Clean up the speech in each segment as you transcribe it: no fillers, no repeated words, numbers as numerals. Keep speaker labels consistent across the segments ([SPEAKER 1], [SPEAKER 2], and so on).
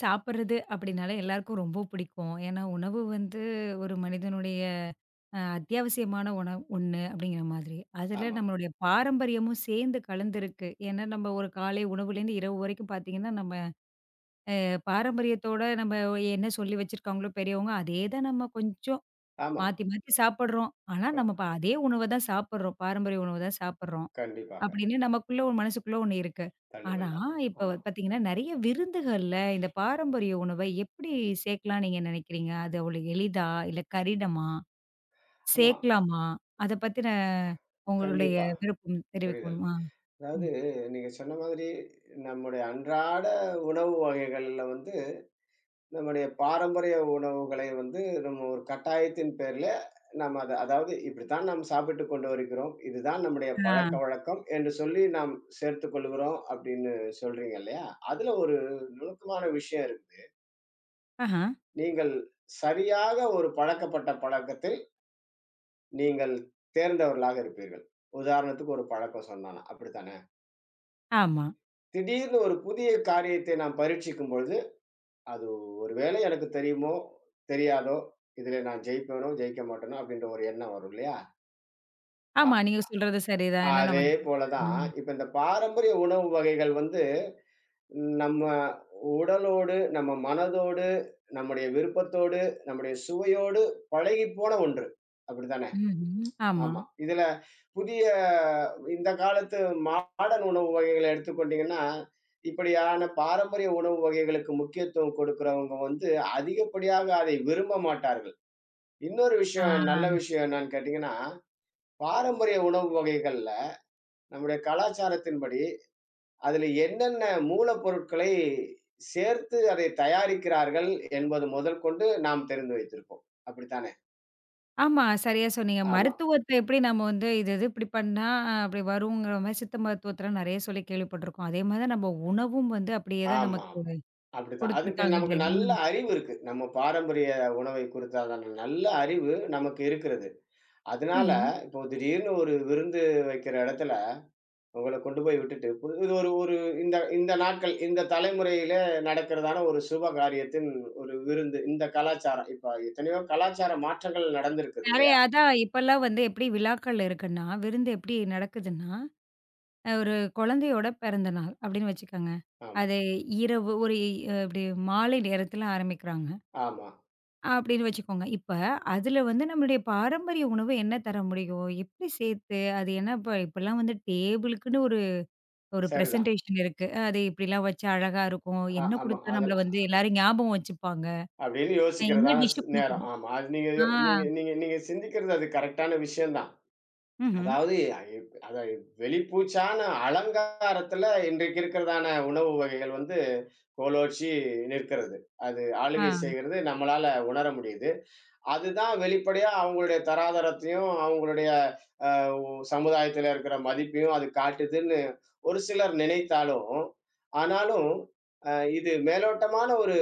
[SPEAKER 1] சாப்பிடுறது அப்படின்னாலே எல்லாருக்கும் ரொம்ப பிடிக்கும். ஏன்னா, உணவு வந்து ஒரு மனிதனுடைய அத்தியாவசியமான உணவு ஒண்ணு அப்படிங்கிற மாதிரி. அதில
[SPEAKER 2] ஆமா,
[SPEAKER 1] நம்மளுடைய பாரம்பரியமும் சேர்ந்து கலந்திருக்கு. ஏன்னா, நம்ம ஒரு காலை உணவுலேருந்து இரவு வரைக்கும் பார்த்தீங்கன்னா, நம்ம பாரம்பரியத்தோட நம்ம என்ன சொல்லி வச்சிருக்காங்களோ பெரியவங்க, அதே தான் நம்ம கொஞ்சம்
[SPEAKER 2] ஆமா.
[SPEAKER 1] மாத்தி மாத்தி சாப்பிடுறோம். ஆனா,
[SPEAKER 2] அ
[SPEAKER 1] நம்ம அதே உணவ தான் சாப்பிடுறோம். பாரம்பரிய உணவு தான் சாப்பிடுறோம்.
[SPEAKER 2] கண்டிப்பாக.
[SPEAKER 1] அப்படின்னு நமக்குள்ள ஒரு மனசுக்குள்ள ஒண்ணு இருக்கு. ஆனா,
[SPEAKER 2] தள்ளுவல். ஆமா,
[SPEAKER 1] இப்ப
[SPEAKER 2] ஆமா,
[SPEAKER 1] வந்து பாத்தீங்கன்னா, நெறைய விருந்துகள்ல இந்த பாரம்பரிய உணவ எப்படி சேர்க்கலாம்னு நீங்க நெனைக்கிறீங்க? அது அவ்வளோ எளிதா? இல்ல கடினமா?
[SPEAKER 2] ஆமா.
[SPEAKER 1] சேர்க்கலாமா? அத பத்தின உங்களுடைய
[SPEAKER 2] கண்டிப்பா.
[SPEAKER 1] விருப்பம் தெரிவிக்க
[SPEAKER 2] புரிதல்.
[SPEAKER 1] முடியுமா?
[SPEAKER 2] அதாவது
[SPEAKER 1] ம்.
[SPEAKER 2] நீங்க சொன்ன மாதிரி நம்முடைய அன்றாட உணவு வகைகள்ல வந்து, நம்முடைய பாரம்பரிய உணவுகளை வந்து நம்ம ஒரு கட்டாயத்தின் பேர்ல நம்ம அதாவது இப்படித்தான் நாம் சாப்பிட்டுக் கொண்டு வருகிறோம். இதுதான் நம்முடைய
[SPEAKER 1] ஆ.
[SPEAKER 2] பழக்கவழக்கம் என்று சொல்லி நாம் சேர்த்துக் கொள்கிறோம் அப்படின்னு சொல்றீங்க இல்லையா? அதுல ஒரு நுணுக்கமான விஷயம் இருக்குது.
[SPEAKER 1] ஆஹா.
[SPEAKER 2] நீங்கள் சரியாக ஒரு பழக்கப்பட்ட பழக்கத்தை நீங்கள் தேர்ந்தவர்களாக இருப்பீர்கள். உதாரணத்துக்கு ஒரு பழக்கம் சொன்னா நான், அப்படித்தானே?
[SPEAKER 1] ஆமா.
[SPEAKER 2] திடீர்னு ஒரு புதிய காரியத்தை நாம் பரீட்சிக்கும் பொழுது, அது ஒருவேளை எனக்கு தெரியுமோ, தெரியாதோ, இதில நான் ஜெயிப்பேனோ, ஜெயிக்க மாட்டேனோ அப்படின்ற ஒரு எண்ணம் வரும் இல்லையா? அ
[SPEAKER 1] ஆமா. நீங்க சொல்றது சரிதான். ஏன்னா நம்ம
[SPEAKER 2] அதே போல தான்
[SPEAKER 1] ம்.
[SPEAKER 2] இப்ப இந்த பாரம்பரிய உணவு வகைகள் வந்து நம்ம உடலோடு, நம்ம மனதோடு, நம்முடைய விருப்பத்தோடு, நம்முடைய சுவையோடு பழகிப்போன ஒன்று. அப்படித்தானே?
[SPEAKER 1] ம்ஹ்ம். ஆமா.
[SPEAKER 2] ஆமா. இதுல புதிய இந்த காலத்து மாடர்ன் உணவு வகைகள எடுத்துக்கொண்டீங்கன்னா, இப்படியான பாரம்பரிய உணவு வகைகளுக்கு முக்கியத்துவம் கொடுக்கிறவங்க வந்து அதிகப்படியாக அதை விரும்ப மாட்டார்கள். இன்னொரு
[SPEAKER 1] ஆ.
[SPEAKER 2] விஷயம், நல்ல விஷயம் என்னன்னு கேட்டீங்கன்னா, பாரம்பரிய உணவு வகைகள்ல நம்முடைய கலாச்சாரத்தின்படி, அதில என்னென்ன மூலப்பொருட்களை சேர்த்து அதை தயாரிக்கிறார்கள் என்பது முதல் கொண்டு நாம் தெரிந்து வைத்திருப்போம். அப்படித்தானே?
[SPEAKER 1] ஆமா, சரியா சொன்னீங்க.
[SPEAKER 2] ஆமா,
[SPEAKER 1] மருத்துவத்த எப்படி நம்ம வந்து இது இது இப்படி பண்ணா அப்படி வருங்கிற மாரி சித்த மருத்துவத்துல நெறைய சொல்லி கேள்விப்பட்டுருக்கோம். அதே மாரி தான் நம்ம உணவும் வந்து அப்படியே தான்
[SPEAKER 2] ஆமா.
[SPEAKER 1] நமக்கு
[SPEAKER 2] அப்படித்தான். அது இப்ப
[SPEAKER 1] குடுத்துருக்காங்க
[SPEAKER 2] நமக்கு நல்ல
[SPEAKER 1] அப்படின்னு.
[SPEAKER 2] அறிவு இருக்கு. நம்ம பாரம்பரிய உணவை குறித்தாதான நல்ல அறிவு நமக்கு இருக்கிறது. அதனால
[SPEAKER 1] ம்ஹ்ம்.
[SPEAKER 2] இப்போ திடீர்னு ஒரு விருந்து வைக்கிற இடத்துல, உங்கள கொண்டு போய் விட்டுட்டு, புது இது ஒரு ஒரு இந்த இந்த நாட்கள், இந்த தலைமுறையில நடக்கிறதான ஒரு சுப காரியத்தின் ஒரு விருந்து. இந்த கலாச்சாரம். இப்ப எத்தனையோ கலாச்சார மாற்றங்கள் நடந்திருக்குது
[SPEAKER 1] நெறைய
[SPEAKER 2] இல்லையா?
[SPEAKER 1] அதான் இப்பல்லாம் வந்து எப்படி விழாக்கள் இருக்குன்னா, விருந்து எப்படி நடக்குதுன்னா, ஒரு குழந்தையோட பிறந்த நாள் அப்படின்னு வச்சுக்கோங்க.
[SPEAKER 2] ஆம்.
[SPEAKER 1] அது இரவு ஒரு இப்படி மாலை நேரத்துல ஆரம்பிக்கிறாங்க.
[SPEAKER 2] ஆமா.
[SPEAKER 1] அப்படின்னு வச்சுக்கோங்க. இப்ப அதுல வந்து நம்மளுடைய பாரம்பரிய உணவு என்ன தர முடியும்? எப்படி சேர்த்து அது என்ன இப்ப இப்பல்லாம் வந்து டேபிளுக்குன்னு ஒரு ஒரு
[SPEAKER 2] சரிதான்.
[SPEAKER 1] பிரசன்டேஷன் இருக்கு. அது இப்படிலாம் வச்சா அழகா இருக்கும். என்ன
[SPEAKER 2] ஆமா.
[SPEAKER 1] குடுத்தா நம்மள வந்து எல்லாரும் ஞாபகம் வச்சுப்பாங்க.
[SPEAKER 2] அப்படின்னு
[SPEAKER 1] என்ன
[SPEAKER 2] யோசிக்கிறதான
[SPEAKER 1] டிஷ்
[SPEAKER 2] நேரம்.
[SPEAKER 1] குடுக்கணும்?
[SPEAKER 2] ஆமா. அது நீங்க
[SPEAKER 1] ஆ.
[SPEAKER 2] யோ நீங்க நீங்க நீங்க சிந்திக்கிறது அது கரெக்ட்டான விஷயம் தான்.
[SPEAKER 1] ம்ஹ்ம்.
[SPEAKER 2] அதாவது ஐ அத வெளிப்பூச்சான அலங்காரத்துல இன்றைக்கு இருக்கிறதான உணவு வகைகள் வந்து கோலோச்சி நிற்கிறது. அது ஆளுகை
[SPEAKER 1] ஆ.
[SPEAKER 2] செய்கிறது நம்மளால உணர முடியுது. அதுதான் வெளிப்படையா அவங்களுடைய தராதரத்தையும், அவங்களுடைய அ சமுதாயத்துல இருக்கிற மதிப்பையும் அது காட்டுதுன்னு ஒரு சிலர் நினைத்தாலும், ஆனாலும் அ இது மேலோட்டமான ஒரு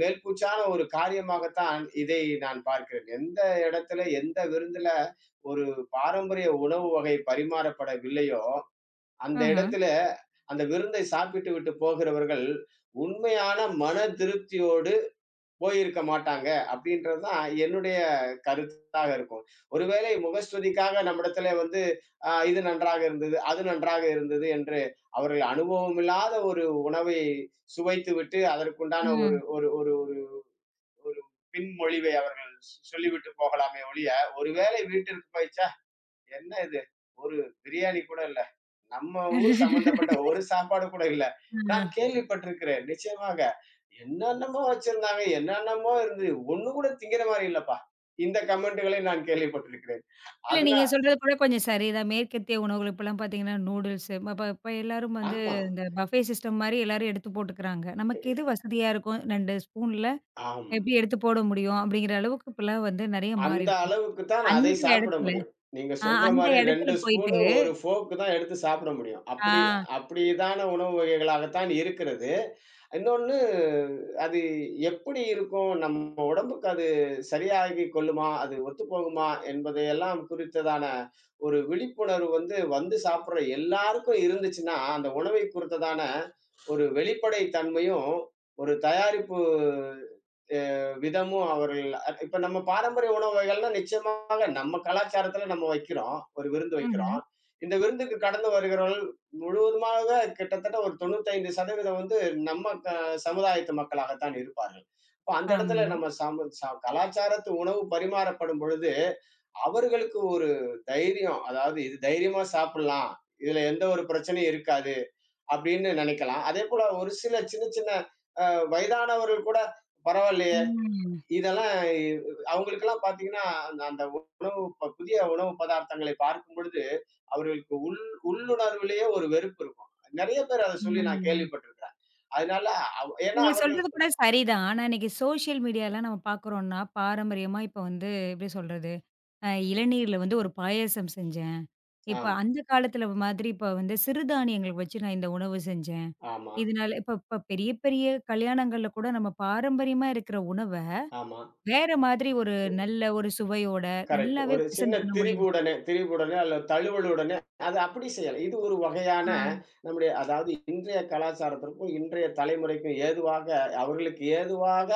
[SPEAKER 2] மேல்பூச்சான ஒரு காரியமாகத்தான் இதை நான் பார்க்கிறேன். எந்த இடத்துல, எந்த விருந்துல ஒரு பாரம்பரிய உணவு வகை பரிமாறப்படவில்லையோ, அந்த
[SPEAKER 1] ம்ஹ்ம்.
[SPEAKER 2] இடத்தில அந்த விருந்தை சாப்பிட்டு விட்டு போகிறவர்கள், உண்மையான மன திருப்தியோடு போயிருக்க மாட்டாங்க. அப்படின்றது தான் என்னுடைய கருத்தாக இருக்கும். ஒருவேளை முகஸ்துதிக்காக நம்மிடத்திலே வந்து, இது நன்றாக இருந்தது, அது நன்றாக இருந்தது என்று அவர்கள் அனுபவமில்லாத ஒரு உணவை சுவைத்துவிட்டு, அதற்குண்டான ஒரு
[SPEAKER 1] ம்.
[SPEAKER 2] ஒரு ஒரு ஒரு ஒரு பின்மொழிவை அவர்கள் சொல்லிவிட்டு போகலாமே ஒழிய, ஒருவேளை வீட்டிற்கு போய்ச்ச என்ன இது? ஒரு பிரியாணி கூட இல்ல. நம்ம ஊர் சம்மந்தப்பட்ட ஒரு சாப்பாடு கூட இல்ல.
[SPEAKER 1] அ.
[SPEAKER 2] நான் கேள்விப்பட்டிருக்கிறேன். நிச்சயமாக. என்னென்னமோ வச்சிருந்தாங்க. என்னென்னமோ இருந்தது. ஒண்ணு கூட திங்கிற மாரி இல்லப்பா. இந்த கமெண்ட்களை நான் கேள்விப்பட்டிருக்கிறேன்.
[SPEAKER 1] இல்ல
[SPEAKER 2] அதுனா
[SPEAKER 1] நீங்க சொல்றது கூட கொஞ்சம் சரிதான். மேற்கத்திய உணவுகள் இப்பலாம் பார்த்தீங்கன்னா, நூடுல்ஸு இப்ப இப்ப எல்லாரும் வந்து
[SPEAKER 2] ஆமாம்.
[SPEAKER 1] இந்த பஃபே சிஸ்டம் மாரி எல்லாரும் எடுத்து போட்டுக்கிறாங்க. நமக்கு எது வசதியா இருக்கும்? 2 ஸ்பூன்ல
[SPEAKER 2] ஆம்.
[SPEAKER 1] எப்படி எடுத்து போட முடியும்? அப்படிங்கிற அளவுக்கு இப்பலாம் வந்து நெறைய
[SPEAKER 2] அந்த
[SPEAKER 1] மாறியிருக்கு.
[SPEAKER 2] அளவுக்கு தான் அதை
[SPEAKER 1] அந்த
[SPEAKER 2] சாப்பிட
[SPEAKER 1] இடத்துல,
[SPEAKER 2] முடியும். நீங்க சொல்ற
[SPEAKER 1] அந்த
[SPEAKER 2] மாரி
[SPEAKER 1] இடத்துல
[SPEAKER 2] 2
[SPEAKER 1] போயிட்டு
[SPEAKER 2] ஸ்பூனு, 1 ஃபோர்க்கு தான் எடுத்து சாப்பிட முடியும்.
[SPEAKER 1] ஆ.
[SPEAKER 2] அப்படிதான உணவு வகைகளாகத்தான் இருக்கிறது. இன்னொன்னு அது எப்படி இருக்கும்? நம்ம உடம்புக்கு அது சரியாகிக் கொள்ளுமா? அது ஒத்துப்போகுமா? என்பதையெல்லாம் குறித்ததான ஒரு விழிப்புணர்வு வந்து, வந்து சாப்பிடுற எல்லாருக்கும் இருந்துச்சுன்னா, அந்த உணவை குறித்ததான ஒரு வெளிப்படை தன்மையும், ஒரு தயாரிப்பு விதமும் அவர்கள் இப்ப நம்ம பாரம்பரிய உணவு வகைகள்னா நிச்சயமாக நம்ம கலாச்சாரத்துல நம்ம வைக்கிறோம். ஒரு விருந்து வைக்கிறோம்.
[SPEAKER 1] ம்ஹ்ம்.
[SPEAKER 2] இந்த விருந்துக்கு கடந்து வருகிறவர்கள் முழுவதுமாக கிட்டத்தட்ட ஒரு 95% வந்து நம்ம சமுதாயத்து மக்களாகத்தான் இருப்பார்கள். அப்ப அந்த இடத்துல
[SPEAKER 1] ஆமா.
[SPEAKER 2] நம்ம சம ச கலாச்சாரத்து உணவு பரிமாறப்படும் பொழுது, அவர்களுக்கு ஒரு தைரியம். அதாவது இது தைரியமா சாப்பிடலாம். இதுல எந்த ஒரு பிரச்சனையும் இருக்காது அப்படின்னு நினைக்கலாம். அதேபோல ஒரு சில சின்ன சின்ன வயதானவர்கள் கூட பரவாயில்லையே!
[SPEAKER 1] ம்.
[SPEAKER 2] இதெல்லாம் அவங்களுக்கெல்லாம் பார்த்தீங்கன்னா, அந்த அந்த உணவு புதிய உணவு பதார்த்தங்களை பார்க்கும் பொழுது, அவர்களுக்கு உள்ளுணர்விலேயே ஒரு வெறுப்பு இருக்கும். நெறைய பேர் அத சொல்லி நான்
[SPEAKER 1] ம்.
[SPEAKER 2] கேள்விப்பட்டிருக்கிறேன். அதனால ஏன்னா
[SPEAKER 1] நீங்க
[SPEAKER 2] அவர்கள்
[SPEAKER 1] சொல்றது கூட சரிதான். ஆனா, இன்னைக்கு சோசியல் மீடியாலாம் நம்ம பார்க்குறோம்னா, பாரம்பரியமா இப்ப வந்து எப்படி சொல்றது? இளநீர்ல வந்து ஒரு பாயாசம் செஞ்சேன். இப்ப
[SPEAKER 2] ஆம்.
[SPEAKER 1] அந்த காலத்துல மாதிரி இப்ப வந்து சிறுதானியங்கள் வச்சு நான் இந்த உணவு செஞ்சேன்.
[SPEAKER 2] ஆமா,
[SPEAKER 1] இதனால இப்ப இப்ப பெரிய பெரிய கல்யாணங்கள்ல கூட நம்ம பாரம்பரியமா இருக்கிற உணவ,
[SPEAKER 2] ஆமா.
[SPEAKER 1] வேற மாதிரி ஒரு நல்ல ஒரு சுவையோட
[SPEAKER 2] கரெக்ட்.
[SPEAKER 1] நல்லாவே
[SPEAKER 2] ஒரு
[SPEAKER 1] பிரசென்ட்
[SPEAKER 2] சின்ன
[SPEAKER 1] பண்ண முடியும்.
[SPEAKER 2] திரிபுடனே திரிபுடனே அல்லது தழுவலுடனே அது அப்படி செய்யலாம். இது ஒரு வகையான
[SPEAKER 1] ஆ.
[SPEAKER 2] நம்முடைய அதாவது இன்றைய கலாச்சாரத்திற்கும், இன்றைய தலைமுறைக்கும் ஏதுவாக அவர்களுக்கு ஏதுவாக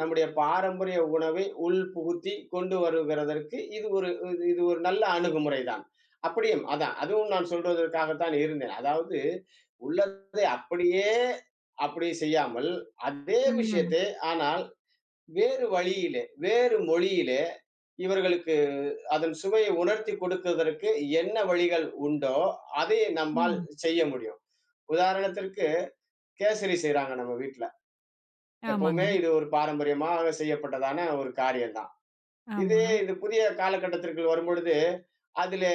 [SPEAKER 2] நம்முடைய பாரம்பரிய உணவை உள்புகுத்தி கொண்டு வருகிறதற்கு இது ஒரு நல்ல அணுகுமுறை தான். அப்படியும் அதான் அதுவும் நான் சொல்வதற்காகத்தான் இருந்தேன். அதாவது உள்ளதை அப்படியே அப்படி செய்யாமல், அதே
[SPEAKER 1] ம்.
[SPEAKER 2] விஷயத்தை ஆனால் வேறு வழியிலே, வேறு மொழியிலே இவர்களுக்கு அதன் சுவையை உணர்த்தி கொடுக்குவதற்கு என்ன வழிகள் உண்டோ அதை நம்மால்
[SPEAKER 1] ம்.
[SPEAKER 2] செய்ய முடியும். உதாரணத்திற்கு கேசரி செய்றாங்க நம்ம வீட்ல.
[SPEAKER 1] ஆமாங்க.
[SPEAKER 2] எப்பவுமே இது ஒரு பாரம்பரியமாக செய்யப்பட்டதான ஒரு காரியம் தான்.
[SPEAKER 1] ஆமா.
[SPEAKER 2] இதே இது புதிய காலகட்டத்திற்குள் வரும்பொழுது, அதிலே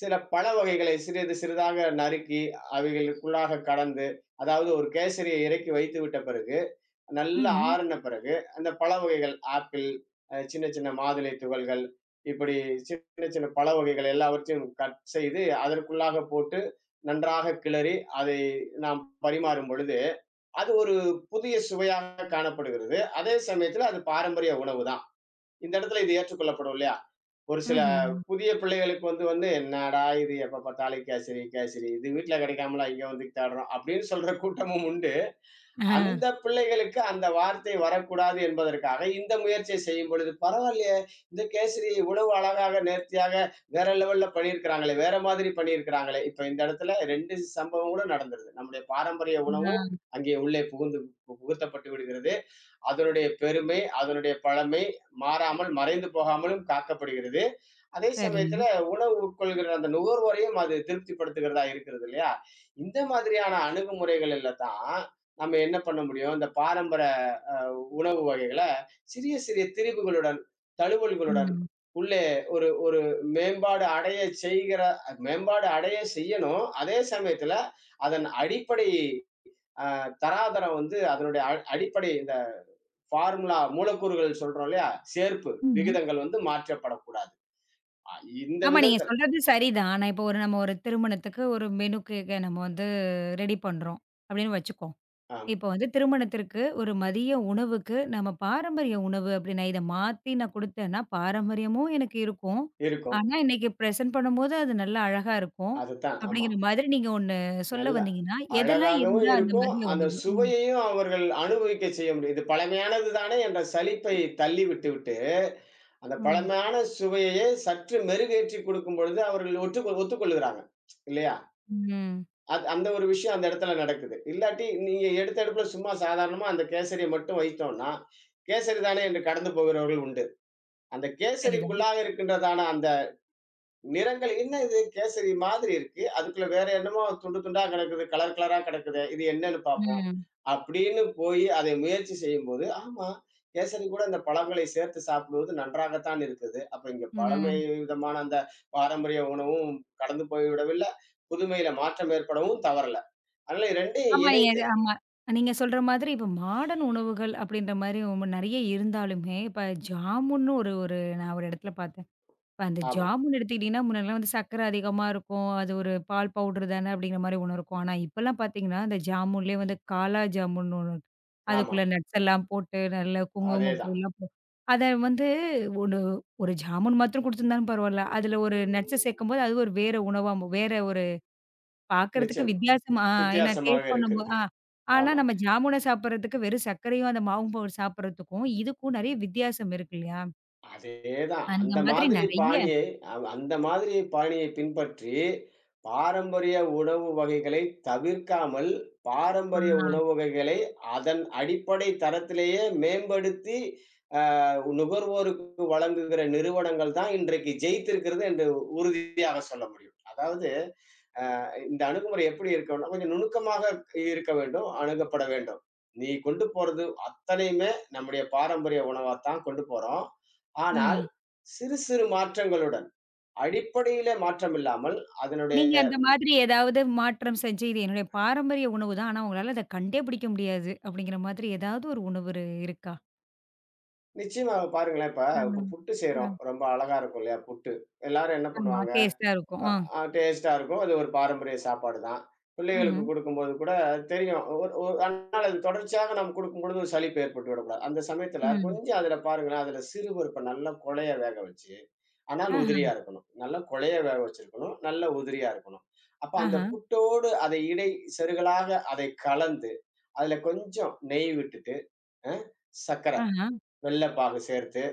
[SPEAKER 2] சில பழ வகைகளை சிறிது சிறிதாக நறுக்கி, அவைகளுக்குள்ளாக கடந்து, அதாவது ஒரு கேசரியை இறக்கி வைத்து விட்ட பிறகு, நல்லா
[SPEAKER 1] ம்ஹ்ம்.
[SPEAKER 2] ஆறுன பிறகு, அந்த பழ வகைகள் ஆப்பிள், சின்ன சின்ன மாதுளை துகள்கள், இப்படி சின்ன சின்ன பழ வகைகள் எல்லாவற்றையும் கட் செய்து, அதற்குள்ளாக போட்டு நன்றாக கிளறி, அதை நாம் பரிமாறும் பொழுது, அது ஒரு புதிய சுவையாக காணப்படுகிறது. அதே சமயத்துல அது பாரம்பரிய உணவு தான். இந்த இடத்துல இது ஏற்றுக்கொள்ளப்படும் இல்லையா? ஒரு சில
[SPEAKER 1] ம்ஹ்ம்.
[SPEAKER 2] புதிய பிள்ளைகளுக்கு வந்து வந்து, "என்னடா இது எப்ப பார்த்தாலும் கேசரி, கேசரி. இது வீட்ல கிடைக்காமலா இங்க வந்து தேடுறோம்" அப்படின்னு சொல்ற கூட்டமும் உண்டு.
[SPEAKER 1] ஆ.
[SPEAKER 2] அந்த பிள்ளைகளுக்கு அந்த வார்த்தை வரக்கூடாது என்பதற்காக இந்த முயற்சியை செய்யும் பொழுது பரவாயில்லையே இந்த கேசரி இவ்வளவு அழகாக நேர்த்தியாக வேற லெவல்ல பண்ணியிருக்கிறாங்களே வேற மாதிரி பண்ணியிருக்கிறாங்களே இப்ப இந்த இடத்துல ரெண்டு சம்பவம் கூட நடந்துருது நம்முடைய பாரம்பரிய உணவும்
[SPEAKER 1] ஆ,
[SPEAKER 2] அங்கே உள்ளே புகுந்து புகுத்தப்பட்டு விடுகிறது அதனுடைய பெருமை அதனுடைய பழமை மாறாமல் மறைந்து போகாமலும் காக்கப்படுகிறது அதே
[SPEAKER 1] சரிங்க.
[SPEAKER 2] சமயத்துல உணவு உட்கொள்கிற அந்த நுகர்வோரையும் அது திருப்திப்படுத்துகிறதா இருக்கிறது இல்லையா? இந்த மாதிரியான அணுகுமுறைகள்ல தான் நம்ம என்ன பண்ண முடியும், இந்த பாரம்பரிய உணவு வகைகள சிறிய சிறிய திரிவுகளுடன், தழுவல்களுடன்
[SPEAKER 1] ம்.
[SPEAKER 2] உள்ளே ஒரு ஒரு மேம்பாடு அடைய செய்கிற மேம்பாடு அடைய செய்யணும். அதே சமயத்துல அதன் அடிப்படை தராதரம் வந்து அதனுடைய அடிப்படை இந்த ஃபார்முலா மூலக்கூறுகள் சொல்றோம் இல்லையா? சேர்ப்பு
[SPEAKER 1] ம்.
[SPEAKER 2] விகிதங்கள் வந்து மாற்றப்படக்கூடாது. அ இந்த
[SPEAKER 1] ஆமா, நீங்க
[SPEAKER 2] விதத்தில்
[SPEAKER 1] சொல்றது சரிதான். நான் இப்போ ஒரு நம்ம ஒரு திருமணத்துக்கு ஒரு மெனு கேக்க நம்ம வந்து ரெடி பண்றோம் அப்படின்னு வச்சுக்குவோம்.
[SPEAKER 2] ஆம்
[SPEAKER 1] இப்போ வந்து திருமணத்திற்கு ஒரு மதிய உணவுக்கு நம்ம பாரம்பரிய உணவு அப்படின்னா, இத மாத்தி நான் குடுத்தேன்னா, பாரம்பரியமும் எனக்கு இருக்கும்.
[SPEAKER 2] இருக்கும்.
[SPEAKER 1] ஆனா, இன்னைக்கு பிரசன்ட் பண்ணும்போது அது நல்லா அழகா இருக்கும்.
[SPEAKER 2] அதுதான். ஆமா.
[SPEAKER 1] அப்படிங்கிற மாதிரி நீங்க ஒண்ணு சொல்ல
[SPEAKER 2] நல்லா
[SPEAKER 1] வந்தீங்கன்னா, எதெல்லாம்
[SPEAKER 2] அழகாகவும்
[SPEAKER 1] இருந்தா அந்த
[SPEAKER 2] இருக்கும்.
[SPEAKER 1] மதிய
[SPEAKER 2] அந்த
[SPEAKER 1] உணவு? ம்.
[SPEAKER 2] சுவையையும் அவர்கள் அனுபவிக்க செய்ய முடியும். இது பழமையானது தானே என்ற சலிப்பை தள்ளி விட்டுவிட்டு, அந்த
[SPEAKER 1] ம்.
[SPEAKER 2] பழமையான சுவையையே சற்று மெருகேற்றி கொடுக்கும் பொழுது அவர்கள் ஒத்துக்கொள்கிறாங்க. இல்லையா?
[SPEAKER 1] ம்.
[SPEAKER 2] அது அந்த ஒரு விஷயம் அந்த இடத்துல நடக்குது. இல்லாட்டி நீங்க எடுத்த எடுப்புல சும்மா சாதாரணமா அந்த கேசரிய மட்டும் வைத்தோம்ன்னா, கேசரி தானே என்று கடந்து போகிறவர்கள் உண்டு. அந்த
[SPEAKER 1] சரிதான்.
[SPEAKER 2] கேசரிக்குள்ளாக இருக்கின்றதான அந்த நிறங்கள் என்ன இது கேசரி மாதிரி இருக்கு. அதுக்குள்ள வேற என்னமோ துண்டு துண்டா கிடக்குது. கலர் கலரா கிடக்குதே. இது என்னன்னு பார்ப்போம்.
[SPEAKER 1] ம்.
[SPEAKER 2] அப்படின்னு போய் அதை முயற்சி செய்யும்போது, ஆமா கேசரி கூட இந்த பழங்களை சேர்த்து சாப்பிடுவது நன்றாகத்தான் இருக்குது. அப்ப இங்க பழமை
[SPEAKER 1] ம்.
[SPEAKER 2] விதமான அந்த பாரம்பரிய உணவும் கடந்து போய்விடவில்ல. புதுமையில மாற்றம் ஏற்படவும் தவறல. அதனால 2யும்
[SPEAKER 1] ஆமா.
[SPEAKER 2] இணைத்து
[SPEAKER 1] நீங்க ஆமா. நீங்க சொல்ற மாதிரி இப்ப மாடர்ன் உணவுகள் அப்படின்ற மாரி ரொம்ப நெறைய இருந்தாலுமே, இப்ப ஜாமுன்னு ஒரு ஒரு நான் ஒரு இடத்துல பார்த்தேன். இப்ப அந்த
[SPEAKER 2] ஆமா,
[SPEAKER 1] ஜாமுன் எடுத்துக்கிட்டீங்கன்னா, முன்னாடிலாம் வந்து சர்க்கரை அதிகமா இருக்கும். அது ஒரு பால் பவுடர் தானே அப்படிங்கிற மாரி ஒண்ணு இருக்கும். ஆனா இப்பலாம் பார்த்தீங்கன்னா, அந்த ஜாமுன்லேயே வந்து காலா ஜாமுன்னு ஒண்ணு இருக்கு.
[SPEAKER 2] ஆமா.
[SPEAKER 1] அதுக்குள்ள நட்ஸ் எல்லாம் போட்டு நல்ல குங்குமம்
[SPEAKER 2] அதேதான்.
[SPEAKER 1] பூலாம் போ அத வந்து ஒரு ஒரு ஜாமுன் மாத்திரம் குடுத்துருந்தாலும் பரவால்ல. அதுல ஒரு நட்ஸ சேர்க்கும்போது அது ஒரு வேற உணவா வேற ஒரு பாக்குறதுக்கு
[SPEAKER 2] நிச்சயம்.
[SPEAKER 1] வித்தியாசமா ஆ ஏன்னா
[SPEAKER 2] வித்தியாசமாக
[SPEAKER 1] டேஸ்ட் பண்ணும்போ
[SPEAKER 2] இருக்கிறது.
[SPEAKER 1] ஆ ஆனா
[SPEAKER 2] ஆமா.
[SPEAKER 1] நம்ம ஜாமுன சாப்பிடுறதுக்கு வெறும் சர்க்கரையும், அந்த மாவும் போட்டு சாப்பிடுறதுக்கும், இதுக்கும் நெறைய வித்தியாசம் இருக்கு இல்லையா?
[SPEAKER 2] அதேதான்.
[SPEAKER 1] அந்த
[SPEAKER 2] அந்த
[SPEAKER 1] மாதிரி
[SPEAKER 2] மாதிரி
[SPEAKER 1] நெறைய
[SPEAKER 2] பாணியை அந்த மாதிரி பாணியை பின்பற்றி, பாரம்பரிய உணவு வகைகளை தவிர்க்காமல்,
[SPEAKER 1] ஆ.
[SPEAKER 2] பாரம்பரிய உணவு வகைகளை அதன் அடிப்படை தரத்திலேயே மேம்படுத்தி, அ நுகர்வோருக்கு வழங்குகிற நிறுவனங்கள் தான் இன்றைக்கு ஜெயித்திருக்கிறது என்று உறுதியாக சொல்ல முடியும். அதாவது இந்த அணுகுமுறை எப்படி இருக்கணும்னா, கொஞ்சம் நுணுக்கமாக இருக்க வேண்டும், அணுகப்பட வேண்டும். நீ கொண்டு போறது அத்தனையுமே நம்முடைய பாரம்பரிய உணவாத்தான் கொண்டு போறோம். ஆனால்,
[SPEAKER 1] ம்.
[SPEAKER 2] சிறு சிறு மாற்றங்களுடன், அடிப்படையிலே மாற்றம் இல்லாமல், அதனுடைய
[SPEAKER 1] நீங்க அந்த மாதிரி ஏதாவது மாற்றம் செஞ்சு, "இது என்னுடைய பாரம்பரிய உணவு தான். ஆனா உங்களால அத கண்டே பிடிக்க முடியாது." அப்படிங்கிற மாதிரி ஏதாவது ஒரு உணவு இருக்கா?
[SPEAKER 2] நிச்சயமா பாருங்களேன், இப்ப
[SPEAKER 1] ஆமா.
[SPEAKER 2] இப்ப புட்டு
[SPEAKER 1] அ
[SPEAKER 2] செய்றோம். ரொம்ப அழகா இருக்கும் இல்லையா? புட்டு. எல்லாரும் என்ன
[SPEAKER 1] ஆமா.
[SPEAKER 2] பண்ணுவாங்க?
[SPEAKER 1] டேஸ்ட்டா இருக்கும்.
[SPEAKER 2] அ
[SPEAKER 1] ஆ.
[SPEAKER 2] அ டேஸ்ட்டா இருக்கும். அது ஒரு பாரம்பரிய சாப்பாடு தான். பிள்ளைகளுக்கு
[SPEAKER 1] ம்ஹ்ம்.
[SPEAKER 2] குடுக்கும்போது கூட தெரியும். ஒரு ஒரு அதனால அது தொடர்ச்சியாக நம்ம குடுக்கும்பொழுது ஒரு சலிப்பு ஏற்பட்டு விடக்கூடாது. அந்த சமயத்துல
[SPEAKER 1] ம்.
[SPEAKER 2] கொஞ்சம் அதுல பாருங்களேன், அதுல சிறு பருப்ப நல்லா கொழைய வேக வச்சு, ஆனால்
[SPEAKER 1] ஆஹா,
[SPEAKER 2] உதிரியா இருக்கணும். நல்லா கொழைய வேக வச்சிருக்கணும். நல்லா உதிரியா இருக்கணும். அப்ப அந்த
[SPEAKER 1] ஆஹா,
[SPEAKER 2] புட்டோடு அதை இடை செருகலாக அதை கலந்து, அதுல கொஞ்சம் நெய் விட்டுட்டு, அ சர்க்கரை,
[SPEAKER 1] ஆஹா,
[SPEAKER 2] வெல்ல பாகு சேர்த்து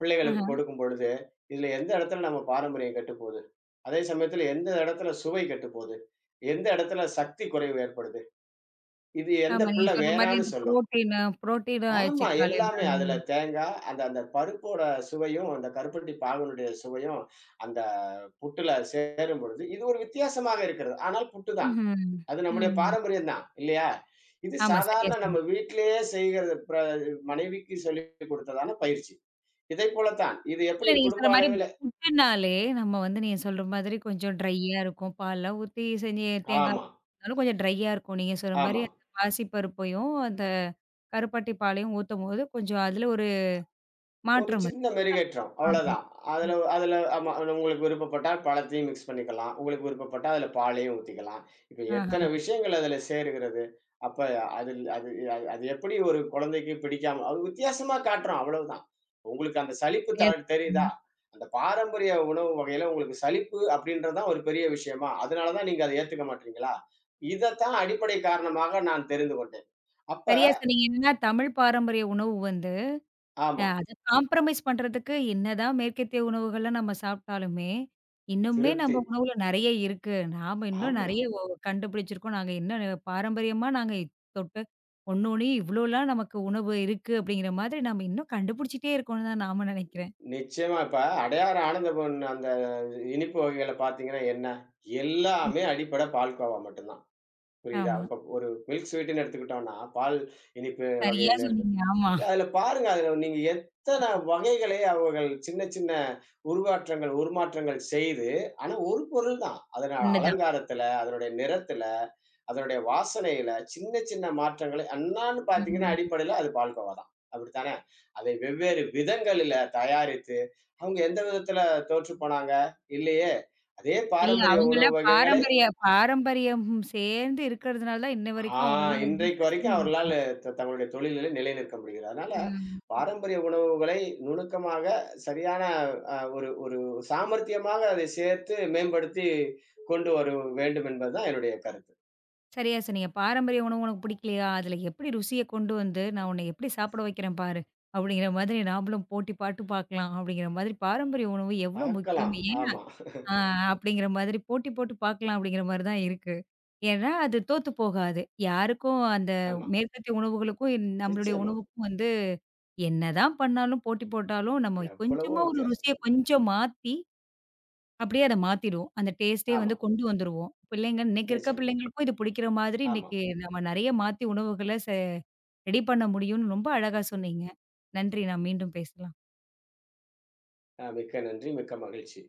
[SPEAKER 2] பிள்ளைகளுக்கு
[SPEAKER 1] ஆஹா.
[SPEAKER 2] கொடுக்கும் பொழுது, இதுல எந்த இடத்துல நம்ம பாரம்பரியம் கெட்டுப்போது? அதே சமயத்துல எந்த இடத்துல சுவை கெட்டுப்போது? எந்த இடத்துல சக்தி குறைவு ஏற்படுது? இது எந்த
[SPEAKER 1] ஆமா. நீங்க
[SPEAKER 2] பிள்ளை
[SPEAKER 1] சொல்ற மாரி
[SPEAKER 2] வேணான்னு
[SPEAKER 1] இந்த
[SPEAKER 2] சொல்லும்?
[SPEAKER 1] புரோட்டீனும் ஆயிடுச்சு
[SPEAKER 2] ஆமா,
[SPEAKER 1] காலையில.
[SPEAKER 2] எல்லாமே அதுல தேங்காய், அந்த அந்த பருப்போட சுவையும், அந்த கருப்பட்டி பாகனுடைய சுவையும், அந்த புட்டுல சேரும் பொழுது, இது ஒரு வித்தியாசமாக இருக்கிறது. ஆனால் புட்டு தான்.
[SPEAKER 1] ம்ஹ்ம்.
[SPEAKER 2] அது நம்முடைய
[SPEAKER 1] ம்.
[SPEAKER 2] பாரம்பரியம் தான், இல்லையா? இது
[SPEAKER 1] ஆமா. சரியா
[SPEAKER 2] சாதாரண நம்ம
[SPEAKER 1] சொன்னீங்க.
[SPEAKER 2] வீட்டிலேயே செய்கிறது. மனைவிக்கு சொல்லிக் கொடுத்ததான பயிற்சி. இதைப் போலத்தான். இது
[SPEAKER 1] இல்ல
[SPEAKER 2] எப்படி
[SPEAKER 1] நீங்க
[SPEAKER 2] குடும்ப
[SPEAKER 1] சொல்ற மாரி
[SPEAKER 2] அளவில்
[SPEAKER 1] புட்டுனாலே, நம்ம வந்து நீங்க சொல்ற மாதிரி கொஞ்சம் ட்ரையா இருக்கும். பால்லாம் ஊத்தி செஞ்சு தேங்காய்
[SPEAKER 2] ஆமா,
[SPEAKER 1] இருந்தாலும் கொஞ்சம் ட்ரையா இருக்கும். நீங்க சொல்ற மாரி
[SPEAKER 2] ஆமா.
[SPEAKER 1] அந்த பாசிப்பருப்பையும், அந்த கருப்பட்டி பாலையும் ஊத்தும்போது, கொஞ்சம் அதுல ஒரு
[SPEAKER 2] ஒரு
[SPEAKER 1] மாற்றம் இருக்கு.
[SPEAKER 2] சின்ன மெருகேற்றம்,
[SPEAKER 1] ஆமா.
[SPEAKER 2] அவ்வளதான். அதுல
[SPEAKER 1] ம்.
[SPEAKER 2] அதுல ஆமா உங்களுக்கு விருப்பப்பட்டால் பழத்தையும் மிக்ஸ் பண்ணிக்கலாம். உங்களுக்கு விருப்பப்பட்டா அதுல பாலையும் ஊத்திக்கலாம். இப்ப
[SPEAKER 1] ஆஹா.
[SPEAKER 2] எத்தன விஷயங்கள் அதுல சேருகிறது. அப்ப அதில் அது அது அது எப்படி ஒரு குழந்தைக்கு பிடிக்காம அது வித்தியாசமா காட்டுறோம், அவ்வளவுதான். உங்களுக்கு அந்த சலிப்பு
[SPEAKER 1] சரியா சொன்னீங்க.
[SPEAKER 2] தெரியுதா? அந்த பாரம்பரிய உணவு வகையில உங்களுக்கு சலிப்பு அப்படின்றது தான் ஒரு பெரிய விஷயமா? அதனால தான் நீங்க அத ஏத்துக்க மாட்றீங்களா? இதத்தான் அடிப்படை காரணமாக நான் தெரிந்து கொண்டேன். அப்ப
[SPEAKER 1] சரியா சொன்னீங்க. என்னன்னா, தமிழ் பாரம்பரிய உணவு வந்து
[SPEAKER 2] ஆமா,
[SPEAKER 1] அத காம்ப்ரமைஸ் பண்றதுக்கு என்னதான் மேற்கத்திய உணவுகள நம்ம சாப்பிட்டாலுமே, இன்னுமே
[SPEAKER 2] திருப்தி.
[SPEAKER 1] நம்ம உணவுல நெறைய இருக்கு. நாம இன்னும்
[SPEAKER 2] ஆமா.
[SPEAKER 1] நெறைய ஒ கண்டுபிடிச்சிருக்கோம். நாங்க இன்னும் பாரம்பரியமா நாங்க தொட்டு ஒண்ணு ஒண்ணையும் இவ்ளோலாம் நமக்கு உணவு இருக்கு அப்படிங்கிற மாதிரி நம்ம இன்னும் கண்டுபிடிச்சிட்டே இருக்கோம்னு தான் நாம நெனைக்கிறேன்.
[SPEAKER 2] நிச்சயமா. இப்ப அடையாறு ஆனந்தபவன் அந்த இனிப்பு வகைகள பார்த்தீங்கன்னா என்ன? எல்லாமே அடிப்படை பால்கோவா மட்டும் தான். புரியுதா?
[SPEAKER 1] ஆமா.
[SPEAKER 2] இப்ப ஒரு மில்க் ஸ்வீட்ன்னு எடுத்துக்கிட்டோம்னா, பால் இனிப்பு வகை
[SPEAKER 1] சரியா
[SPEAKER 2] என்ன
[SPEAKER 1] சொன்னீங்க. ஆமா.
[SPEAKER 2] அதுல பாருங்க. அதுல நீங்க எத்தன வகைகளை அவர்கள் சின்ன, சின்ன உருவாற்றங்கள், உருமாற்றங்கள் செய்து, ஆனா ஒரு பொருள் தான். அதன
[SPEAKER 1] உண்மைதான்.
[SPEAKER 2] அலங்காரத்துல, அதனுடைய நிறத்துல, அதனுடைய வாசனையில சின்ன, சின்ன மாற்றங்களை அன்னான்னு பார்த்தீங்கன்னா,
[SPEAKER 1] ம்.
[SPEAKER 2] அடிப்படையில அது பால்கோவா தான். அப்படித்தானே? அதை வெவ்வேறு விதங்களில தயாரித்து, அவங்க எந்த விதத்துல தோற்றுப்போனாங்க? இல்லையே! அதே
[SPEAKER 1] இல்ல
[SPEAKER 2] பாரம்பரிய உணவு
[SPEAKER 1] அவங்கலாம்
[SPEAKER 2] வகைகள
[SPEAKER 1] பாரம்பரியம் சேர்ந்து இருக்கிறதுனால தான் இன்ன
[SPEAKER 2] ஆ
[SPEAKER 1] வரைக்கும் அவங்கலாம் வந்து
[SPEAKER 2] இன்றைக்கு வரைக்கும்
[SPEAKER 1] சஸ்டெயின்
[SPEAKER 2] அவர்களால்
[SPEAKER 1] பண்றாங்க.
[SPEAKER 2] தங்களுடைய தொழிலிலே நிலைநிற்க முடிகிறது. அதனால
[SPEAKER 1] ம்.
[SPEAKER 2] பாரம்பரிய உணவுகளை நுணுக்கமாக சரியான அ ஒரு ஒரு சாமர்த்தியமாக அதை சேர்த்து மேம்படுத்தி கொண்டு வர வேண்டும் என்பதுதான் என்னுடைய கருத்து.
[SPEAKER 1] சரியா சொன்னீங்க. பாரம்பரிய உணவு உனக்கு பிடிக்கலையா? அதில எப்படி ருசிய கொண்டு வந்து, நான் உன்ன எப்படி சாப்பிட வைக்கிறேன் பாரு! அப்படிங்கிற மாதிரி நாமளும் போட்டி பாட்டு பார்க்கலாம். அப்படிங்கிற மாதிரி பாரம்பரிய உணவு எவ்வளோ முக்கியம்?
[SPEAKER 2] பார்க்கலாம்.
[SPEAKER 1] ஏன்
[SPEAKER 2] ஆமா,
[SPEAKER 1] ஆ அப்படிங்கிற மாதிரி போட்டி போட்டு பார்க்கலாம் அப்படிங்கிற மாரி தான் இருக்கு. ஏன்னா, அது தோத்து போகாது. யாருக்கும் அந்த
[SPEAKER 2] ஆமா.
[SPEAKER 1] மேற்கத்திய உணவுகளுக்கும் இந்த நம்மளுடைய
[SPEAKER 2] நிச்சயமா.
[SPEAKER 1] உணவுக்கும் வந்து என்னதான் பண்ணாலும், போட்டி போட்டாலும் நம்ம
[SPEAKER 2] எவ்வளவோ
[SPEAKER 1] கொஞ்சமா ஒரு
[SPEAKER 2] வித்தியாசம்.
[SPEAKER 1] ருசிய கொஞ்சம் மாத்தி அப்படியே அத மாத்திருவோம். அந்த டேஸ்ட்டே
[SPEAKER 2] ஆமா.
[SPEAKER 1] வந்து கொண்டு வந்துருவோம். பிள்ளைங்க இன்னைக்கு இருக்க
[SPEAKER 2] நிச்சயம்.
[SPEAKER 1] பிள்ளைங்களுக்கும் இது பிடிக்கிற மாதிரி
[SPEAKER 2] ஆமா.
[SPEAKER 1] இன்னைக்கு நம்ம நெறைய மாத்தி உணவுகள செ ரெடி பண்ண முடியும்னு ரொம்ப அழகா சொன்னீங்க. நன்றி. நான் மீண்டும் பேசலாம்.
[SPEAKER 2] மிக்க நன்றி. மிக்க மகிழ்ச்சி.